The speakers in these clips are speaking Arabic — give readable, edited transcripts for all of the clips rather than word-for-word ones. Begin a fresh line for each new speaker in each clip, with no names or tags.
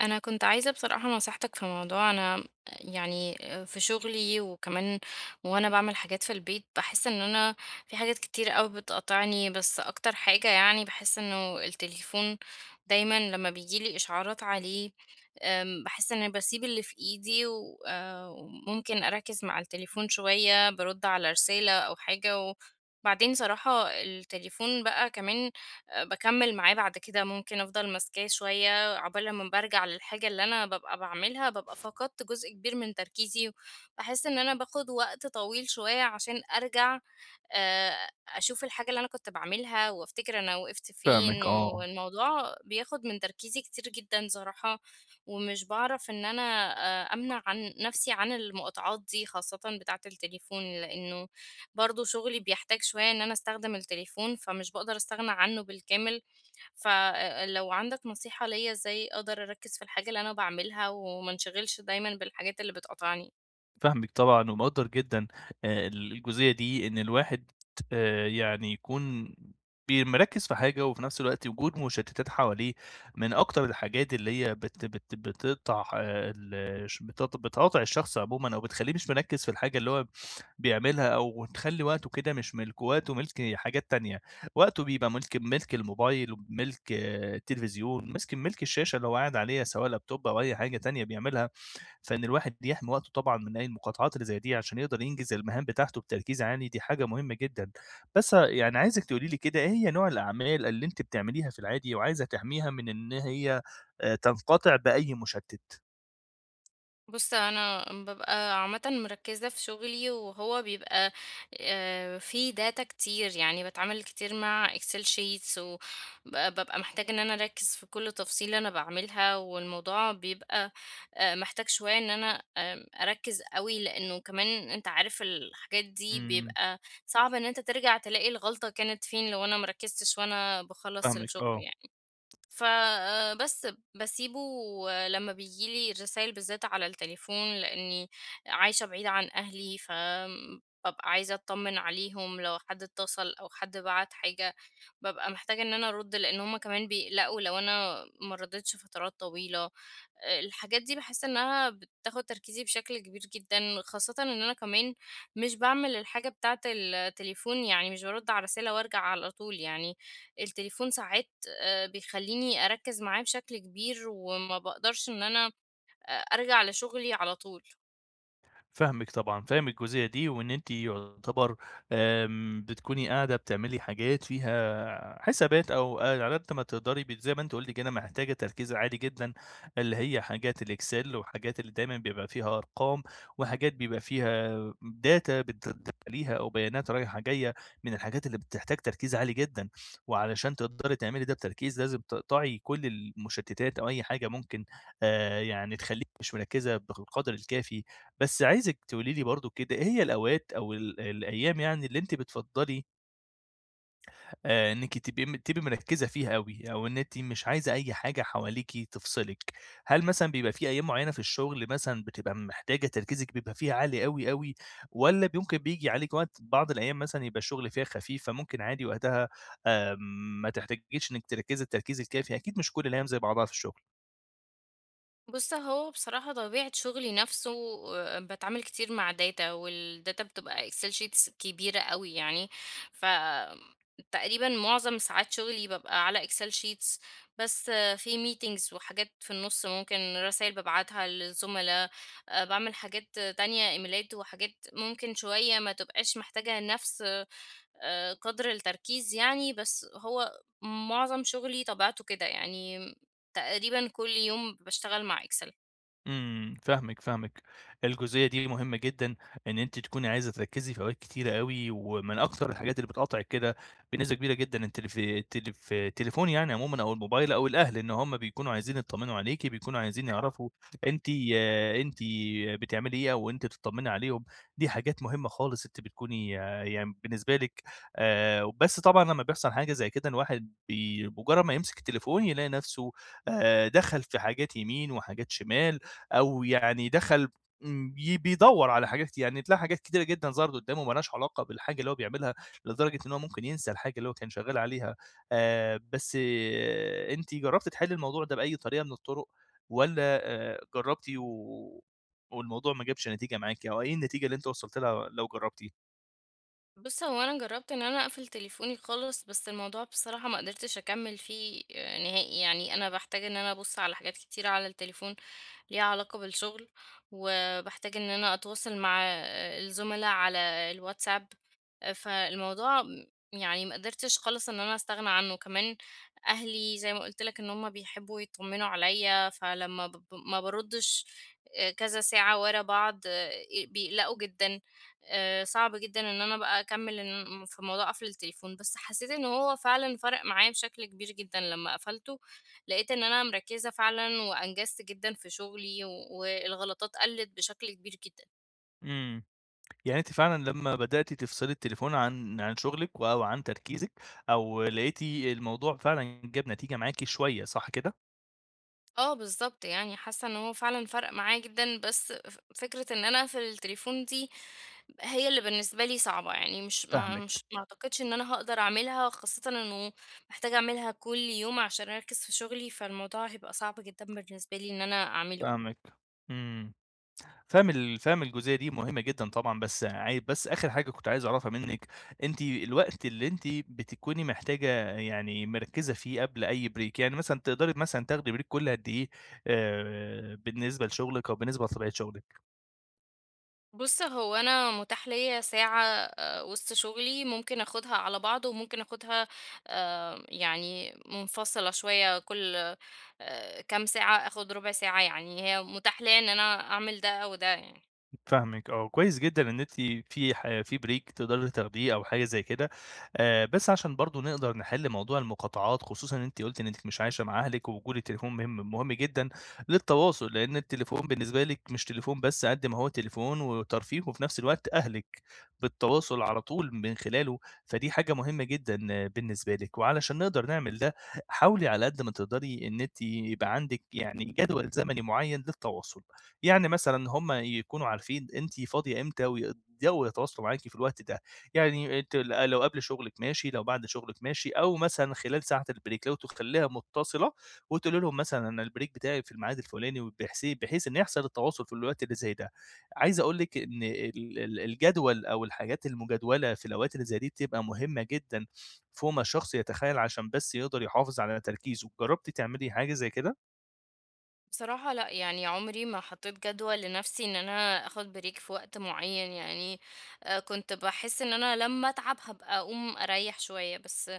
انا كنت عايزه بصراحه نصيحتك في موضوع. يعني في شغلي، وكمان وانا بعمل حاجات في البيت، بحس ان انا في حاجات كتير قوي بتقطعني، بس اكتر حاجه يعني بحس انه التليفون دايما لما بيجيلي اشعارات عليه. بحس ان أنا بسيب اللي في ايدي وممكن اركز مع التليفون شويه، برد على رساله او حاجه، و بعدين صراحة التليفون بقى كمان. بكمل معاه بعد كده، ممكن أفضل ماسكاه شوية عقبال لمّا بارجع للحاجة اللي أنا بابقى باعملها، بابقى فقدت جزء كبير من تركيزي. باحس إن أنا باخد وقت طويل شوية عشان أرجع أشوف الحاجة اللي أنا كنت باعملها وأفتكر أنا وقفت فين،
فاهمِك آه،
والموضوع بياخد من تركيزي كتير جدًا صراحة. ومش باعرف إن أنا أمنع عن نفسي عن المقاطعات دي، خاصةً بتاعة التليفون، لإنه برضه شغلي بيحتاج شوية إن أنا أستخدم التليفون، فمش باقدر أستغنى عنه بالكامل. فلو عندك نصيحة ليا ازاي اقدر اركز في الحاجة اللي انا بعملها وما انشغلش دايما بالحاجات اللي بتقطعني؟
فاهمِك طبعًا ومقدّر جدًا الجزئية دي إن الواحد يعني يكون مركّز في حاجة وفي نفس الوقت وجود مشتتات حواليه من أكتر الحاجات اللي هي بت بت بتقطع ال ش بتقط بتقاطع الشخص عمومًا أو بتخلّيه مش مركّز في الحاجة اللي هو بيعملها أو تخلّي وقته كده مش ملك، وقته ملك حاجات تانية، وقته بيبقى ملك الموبايل وملك التلفزيون، ماسك ملك الشاشة اللي هو قاعد عليها سواء لابتوب أو أي حاجة تانية بيعملها. فإن الواحد يحمي وقته طبعًا من أي المقاطعات اللي زي دي عشان يقدر ينجز المهام بتاعته بتركيز عالي، دي حاجة مهمة جدًا. بس يعني عايزِك تقولي لي كده إيه هي نوع الأعمال اللي أنتِ بتعمليها في العادي وعايزة تحميها من إن هي تنقطع بأي مشتِّت؟
بُص، أنا بابقى عامةً مركّزة في شغلي، وهو بيبقى فيه data كتير، يعني باتعامل كتير مع excel sheets بابقى محتاجة إن أنا أركّز في كل تفصيلة أنا باعملها، والموضوع بيبقى محتاج شوية إن أنا أركّز أوي، لإنه كمان أنت عارف الحاجات دي
إمم،
بيبقى صعب إن أنت ترجع تلاقي الغلطة كانت فين لو أنا ما ركّزتش وأنا باخلّص
فاهمِك،
الشغل
آه.
يعني. ف بس باسيبه لمّا بييجي لي الرسايل، بالذات على التليفون، لإني عايشة بعيدة عن أهلي، فبابقى عايزة أتطمن عليهم لو حد اتصل أو حد بَعت حاجة. بابقى محتاجة إن أنا أرُد، لإن هُم كمان بيقلقوا لو أنا ما رديتش فترات طويلة. آه، الحاجات دي باحس إنها بتاخد تركيزي بشكل كبير جدًا، خاصةً إن أنا كمان مش باعمل الحاجة بتاعة التليفون، يعني مش بارُد على رسالة وأرجع على طول، يعني التليفون ساعات بيخلّيني أركّز معاه بشكل كبير، وما باقدرش إن أنا أرجع لشغلي على طول.
فاهمِك طبعًا، فاهم الجزئية دي، وإن أنتِ يُعتبر بتكوني قاعدة بتعملي حاجات فيها حسابات أو على قد ما تقدري زي ما أنتِ قُلتِ كده محتاجة تركيز عالي جدًا، اللي هي حاجات الExcel وحاجات اللي دايمًا بيبقى فيها أرقام، وحاجات بيبقى فيها data بتدخليها أو بيانات رايحة جاية، من الحاجات اللي بتحتاج تركيز عالي جدًا، وعلشان تقدري تعملي ده بتركيز لازم تقطعي كل المشتتات أو أي حاجة ممكن يعني تخليكِ مش مركزة بالقدر الكافي. بس عايزِك تقولي لي برضه كده إيه هي الأوقات أو الأيام يعني اللي أنتِ بتفضّلي إنِّك تبقي مركّزة فيها أوي، أو إن أنتِ مش عايزة أي حاجة حواليكِ تفصلِك؟ هل مثلًا بيبقى في أيام معيّنة في الشغل مثلًا بتبقى محتاجة تركيزِك بيبقى فيها عالي أوي، أوي، والّا ممكن بييجي عليكِ وقت بعض الأيام مثلًا يبقى الشغل فيها خفيف، فممكن عادي وقتها آآ ما تحتاجيش إنِّك تركّزي التركيز الكافي؟ أكيد مش كل الأيام زي بعضها في الشغل.
بُص، هو بصراحة طبيعة شغلي نفسه، باتعامل كتير مع data، والdata بتبقى excel sheets كبيرة أوي يعني، ف تقريبًا معظم ساعات شغلي بابقى على excel sheets. بس آه، في meetings وحاجات في النُص، ممكن رسايل بابعتها للزملا، باعمل حاجات تانية، إيميلات وحاجات ممكن شوية ما تبقاش محتاجة نفس قدر التركيز يعني، بس هو معظم شغلي طبيعته كده، يعني تقريبًا كل يوم باشتغل مع Excel.
إمم، فاهمِك، فاهمِك. الجزئية دي مهمة جدًا، إن أنتِ تكوني عايزة تركّزي في أوقات كتيرة أوي، ومن أكتر الحاجات اللي بتقاطعِك كده بنسبة كبيرة جدًا التليفون يعني عمومًا أو الموبايل أو الأهل، إن هم بيكونوا عايزين يطمنوا عليكِ، بيكونوا عايزين يعرفوا أنتِ أنتِ بتعملي إيه أو أنتِ تطمني عليهم، دي حاجات مهمة خالص أنتِ بتكوني يعني بالنسبة لِك. بس طبعًا لمّا بيحصل حاجة زي كده الواحد مجرد ما يمسك التليفون يلاقي نفسه دخل في حاجات يمين وحاجات شمال. او يعني دخل بيدور على حاجات، يعني تلاقي حاجات كتيره جدا ظهرت قدامه ملهاش علاقه بالحاجه اللي هو بيعملها، لدرجه ان هو ممكن ينسى الحاجه اللي هو كان شغال عليها. آه، بس انت جربت تحل الموضوع ده باي طريقه من الطرق ولا؟ آه، جربتي والموضوع ما جابش نتيجه معاكي، او ايه النتيجه اللي انت وصلت لها لو جربتي؟
بُص، هو أنا جرّبت إن أنا أقفل تليفوني خالص، بس الموضوع بصراحة ما قدرتش أكمّل فيه نهائي، يعني أنا باحتاج إن أنا أبُص على حاجات كتيرة على التليفون ليها علاقة بالشغل، وباحتاج إن أنا أتواصل مع الزملا على الواتساب. فالموضوع يعني ما قدرتش خالص إن أنا أستغنى عنه. كمان أهلي زي ما قُلت لك إن هُم بيحبّوا يطمّنوا عليّا، فلمّا ب ب ما باردّش كذا ساعة ورا بعض، بيقلقوا جدًا. صعب جدًا إن أنا بقى أكمّل إن في موضوع قَفْل التليفون، بس حسّيت إن هو فعلًا فَرَق معايا بشكل كبير جدًا لمّا قفلته، لقيت إن أنا مركّزة فعلًا وأنجزت جدًا في شُغلي، والغلطات قَلّت بشكل كبير جدًا.
امم يعني انت فعلا لما بدأتي تفصلي التليفون عن شغلك او عن تركيزك، او لقيتي الموضوع فعلا جاب نتيجه معاكي شويه، صح كده؟
آه بالضبط، يعني حاسّة إن هو فعلًا فَرَق معايا جدًا، بس فكرة إن أنا أقفل التليفون دي هي اللي بالنسبة لي صعبة، يعني مش ما
فاهمك.
مش ما أعتقدش إن أنا هاقدر أعملها، خاصةً إنه محتاجة أعملها كل يوم عشان أركّز في شُغلي، فالموضوع هيبقى صعب جدًا بالنسبة لي إن أنا أعمله.
فاهمِك، إمم، فاهم الجزئية دي مهمة جدًا طبعًا، بس آخر حاجة كنت عايز أعرفها منِّك، أنتِ الوقت اللي أنتِ بتكوني محتاجة يعني مركّزة فيه قبل أي بريك، يعني مثلًا تقدري مثلًا تاخدي بريك كل قد إيه بالنسبة لشغلِك أو بالنسبة لطبيعة شغلِك؟
بُص، هو أنا متاح ليّا ساعة وسط شغلي، ممكن آخُدها على بعض وممكن آخُدها يعني منفصلة شوية، كل كام ساعة آخُد رُبع ساعة، يعني هي متاح ليّا إن أنا أعمل ده أو ده يعني.
فاهمِك آه، كويس جدًا إن أنتِ في break تقدري تاخديه أو حاجة زي كده، بس عشان برضه نقدر نحل موضوع المقاطعات، خصوصًا إن أنتِ قُلتِ إنِّك مش عايشة مع أهلِك، ووجود التليفون مهم مهم جدًا للتواصل، لأن التليفون بالنسبة لِك مش تليفون بس قد ما هو تليفون وترفيه، وفي نفس الوقت أهلِك بالتواصل على طول من خلاله، فدي حاجة مهمة جدًا بالنسبة لِك، وعلشان نقدر نعمل ده، حاولي على قد ما تقدري إن أنتِ يبقى عندِك يعني جدول زمني معين للتواصل. يعني مثلًا هم يكونوا عارفين أنتِ فاضية إمتى ويقدروا يتواصلوا معاكِ في الوقت ده، يعني أنتِ لو قبل شغلِك ماشي، لو بعد شغلِك ماشي، أو مثلًا خلال ساعة البريك لو تخلّيها متصلة وتقولي لهم مثلًا أنا البريك بتاعي في الميعاد الفلاني، وبحيث إن يحصل التواصل في الوقت اللي زي ده. عايز أقول لِك إن ال ال الجدول أو الحاجات المجدولة في الأوقات اللي زي دي بتبقى مهمة جدًا فوق ما الشخص يتخيل عشان بس يقدر يحافظ على تركيزه. جربتِ تعملي حاجة زي كده؟
بصراحة لأ، يعني عُمري ما حطّيت جدول لنَفْسي إن أنا آخُد break في وقت معيّن يعني. كنت باحس إن أنا لمّا أتعب هابقى أقوم أريّح شوية، بس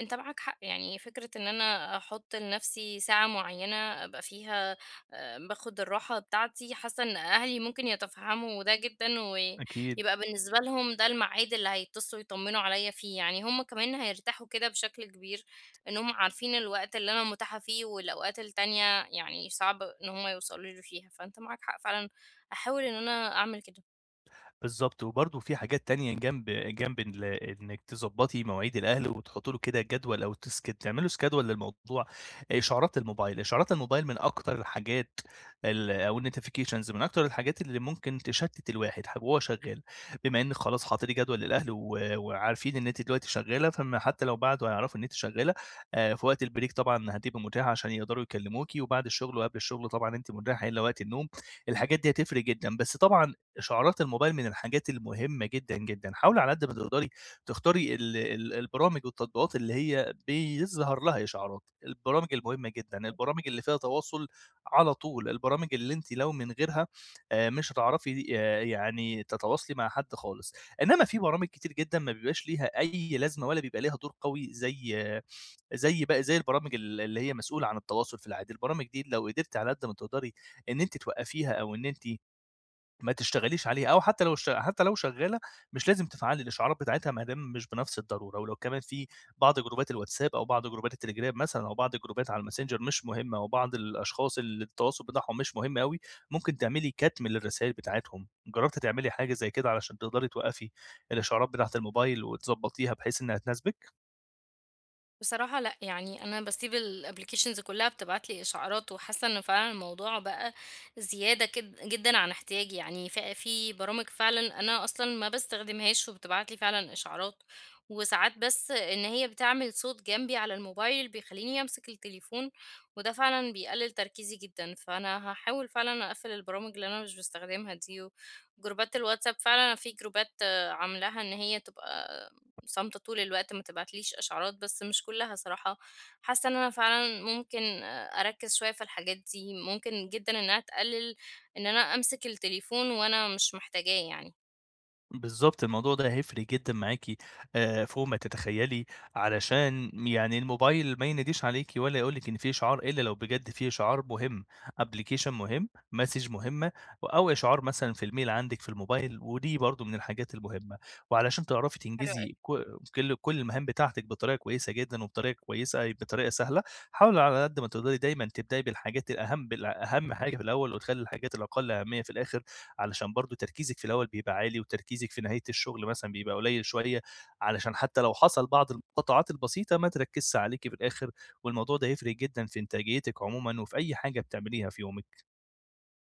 أنت معاك حق. يعني فكرة إن أنا أحُط لنَفْسي ساعة معيّنة أبقى فيها باخُد الراحة بتاعتي، حاسّة إن أهلي ممكن يتفهَّموا ده جدًا،
أكيد.
ويبقى بالنسبة لهم ده الميعاد اللي هيتصلوا يطمّنوا عليّا فيه، يعني هم كمان هيرتاحوا كده بشكل كبير إن هم عارفين الوقت اللي أنا مُتاحة فيه، والأوقات التانية يعني صعب إن هم يوصلوا لي فيها. فأنت معاك حق فعلًا، هاحاول إن أنا أعمل كده.
بالضبط، وبرضه في حاجات تانية جنب جنب إنِّك تضبّطي مواعيد الأهل وتحُطّي له كده جدول أو تعملي schedule للموضوع، إشعارات الموبايل، إشعارات الموبايل من أكتر الحاجات أو الnotifications من أكتر الحاجات اللي ممكن تشتِّت الواحد وهو شغّال، بما إنِّك خلاص حاطّة ليه جدول للأهل و وعارفين إن أنتِ دلوقتي شغّالة، فما حتى لو بعدوا هيعرفوا إن أنتِ شغّالة، في وقت الbreak طبعًا هتبقي متاحة عشان يقدروا يكلّموكِ، وبعد الشغل وقبل الشغل طبعًا أنتِ متاحة إلّا وقت النوم، الحاجات دي هتفرق جدًا، بس طبعًا إشعارات الموبايل من الحاجات المهمة جدًا، جدًا. حاولي على قد ما تقدري تختاري ال ال البرامج والتطبيقات اللي هي بيظهر لها إشعارات، البرامج المهمة جدًا، البرامج اللي فيها تواصل على طول، البرامج اللي أنتِ لو من غيرها مش هتعرفي يعني تتواصلي مع حد خالص. إنما في برامج كتير جدًا ما بيبقاش ليها أي لازمة ولا بيبقى ليها دور قوي زي آه، زي بقى زي البرامج اللي هي مسؤولة عن التواصل في العادي، البرامج دي لو قدرتِ على قد ما تقدري إن أنتِ توقفيها أو إن أنتِ ما تشتغليش عليها، أو حتى لو شغالة مش لازم تفعّلي الإشعارات بتاعتها ما دام مش بنفس الضرورة، ولو كمان في بعض جروبات الواتساب أو بعض جروبات التليجرام مثلًا أو بعض الجروبات على الماسنجر مش مهمة، وبعض الأشخاص اللي التواصل بتاعهم مش مهم أوي، ممكن تعملي كتم للرسايل بتاعتهم، جربتِ تعملي حاجة زي كده علشان تقدري توقّفي الإشعارات بتاعة الموبايل وتضبّطيها بحيث إنها تناسبِك؟
بصراحة لأ، يعني أنا باسيب الapplications كلّها بتبعت لي إشعارات، وحاسة إن فعلًا الموضوع بقى زيادة كد جدًا عن احتياجي. يعني في برامج فعلًا أنا أصلًا ما باستخدمهاش وبتبعت لي فعلًا إشعارات، وساعات بس إن هي بتعمل صوت جنبي على الموبايل بيخلّيني أمسك التليفون، وده فعلًا بيقلل تركيزي جدًا، فأنا هاحاول فعلًا أقفل البرامج اللي أنا مش باستخدمها دي. وجروبات الواتساب فعلًا في جروبات، آه، عاملاها إن هي تبقى صامتة طول الوقت ما تبعتليش إشعارات، بس مش كلها صراحة. حاسة إن أنا فعلًا ممكن أركّز شوية في الحاجات دي، ممكن جدًا إنها تقلل إن أنا أمسك التليفون وأنا مش محتاجاه يعني.
بالضبط، الموضوع ده هيفرق جدًا معاكِ فوق ما تتخيّلي، علشان يعني الموبايل ما يناديش عليكِ ولا يقول لِك إن في إشعار إلا لو بجد في إشعار مهم، application مهم، message مهمة، أو إشعار مثلًا في الmail عندِك في الموبايل، ودي برضه من الحاجات المهمة. وعلشان تعرفي
حلو
تنجزي
أوي.
ك كل كل المهام بتاعتِك بطريقة كويسة جدًا وبطريقة كويسة بطريقة سهلة، حاولي على قد ما تقدري دايمًا تبدئي بالحاجات الأهم، بالأهم حاجة في الأول، وتخلّي الحاجات الأقل أهمية في الآخر. علشان برضه تركيزِك في الأول بيبقى عالي، وتركيزِك في نهاية الشغل مثلًا بيبقى قليل شوية، علشان حتى لو حصل بعض المقاطعات البسيطة ما تركِّزش عليكِ في الآخر، والموضوع ده هيفرق جدًا في إنتاجيتِك عمومًا، وفي أي حاجة بتعمليها في يومِك.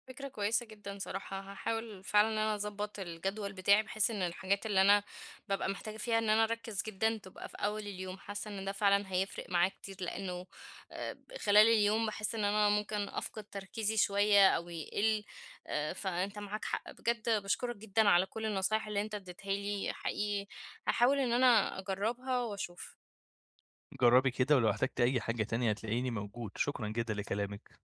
فكرة كويسة جدًا صراحة، هاحاول فعلًا إن أنا أضبّط الجدول بتاعي، بحيث إن الحاجات اللي أنا بابقى محتاجة فيها إن أنا أركّز جدًا تبقى في أول اليوم. حاسة إن ده فعلًا هيفرق معايا كتير، لإنه خلال اليوم باحس إن أنا ممكن أفقد تركيزي شوية أو يقِل. فأنت معاك حق بجد، باشكرك جدًا على كل النصايح اللي أنت اديتها لي، حقيقي هاحاول إن أنا أجرّبها وأشوف.
جرّبي كده، ولو احتجتِ أي حاجة تانية هتلاقيني موجود، شكرًا جدًا لكلامِك.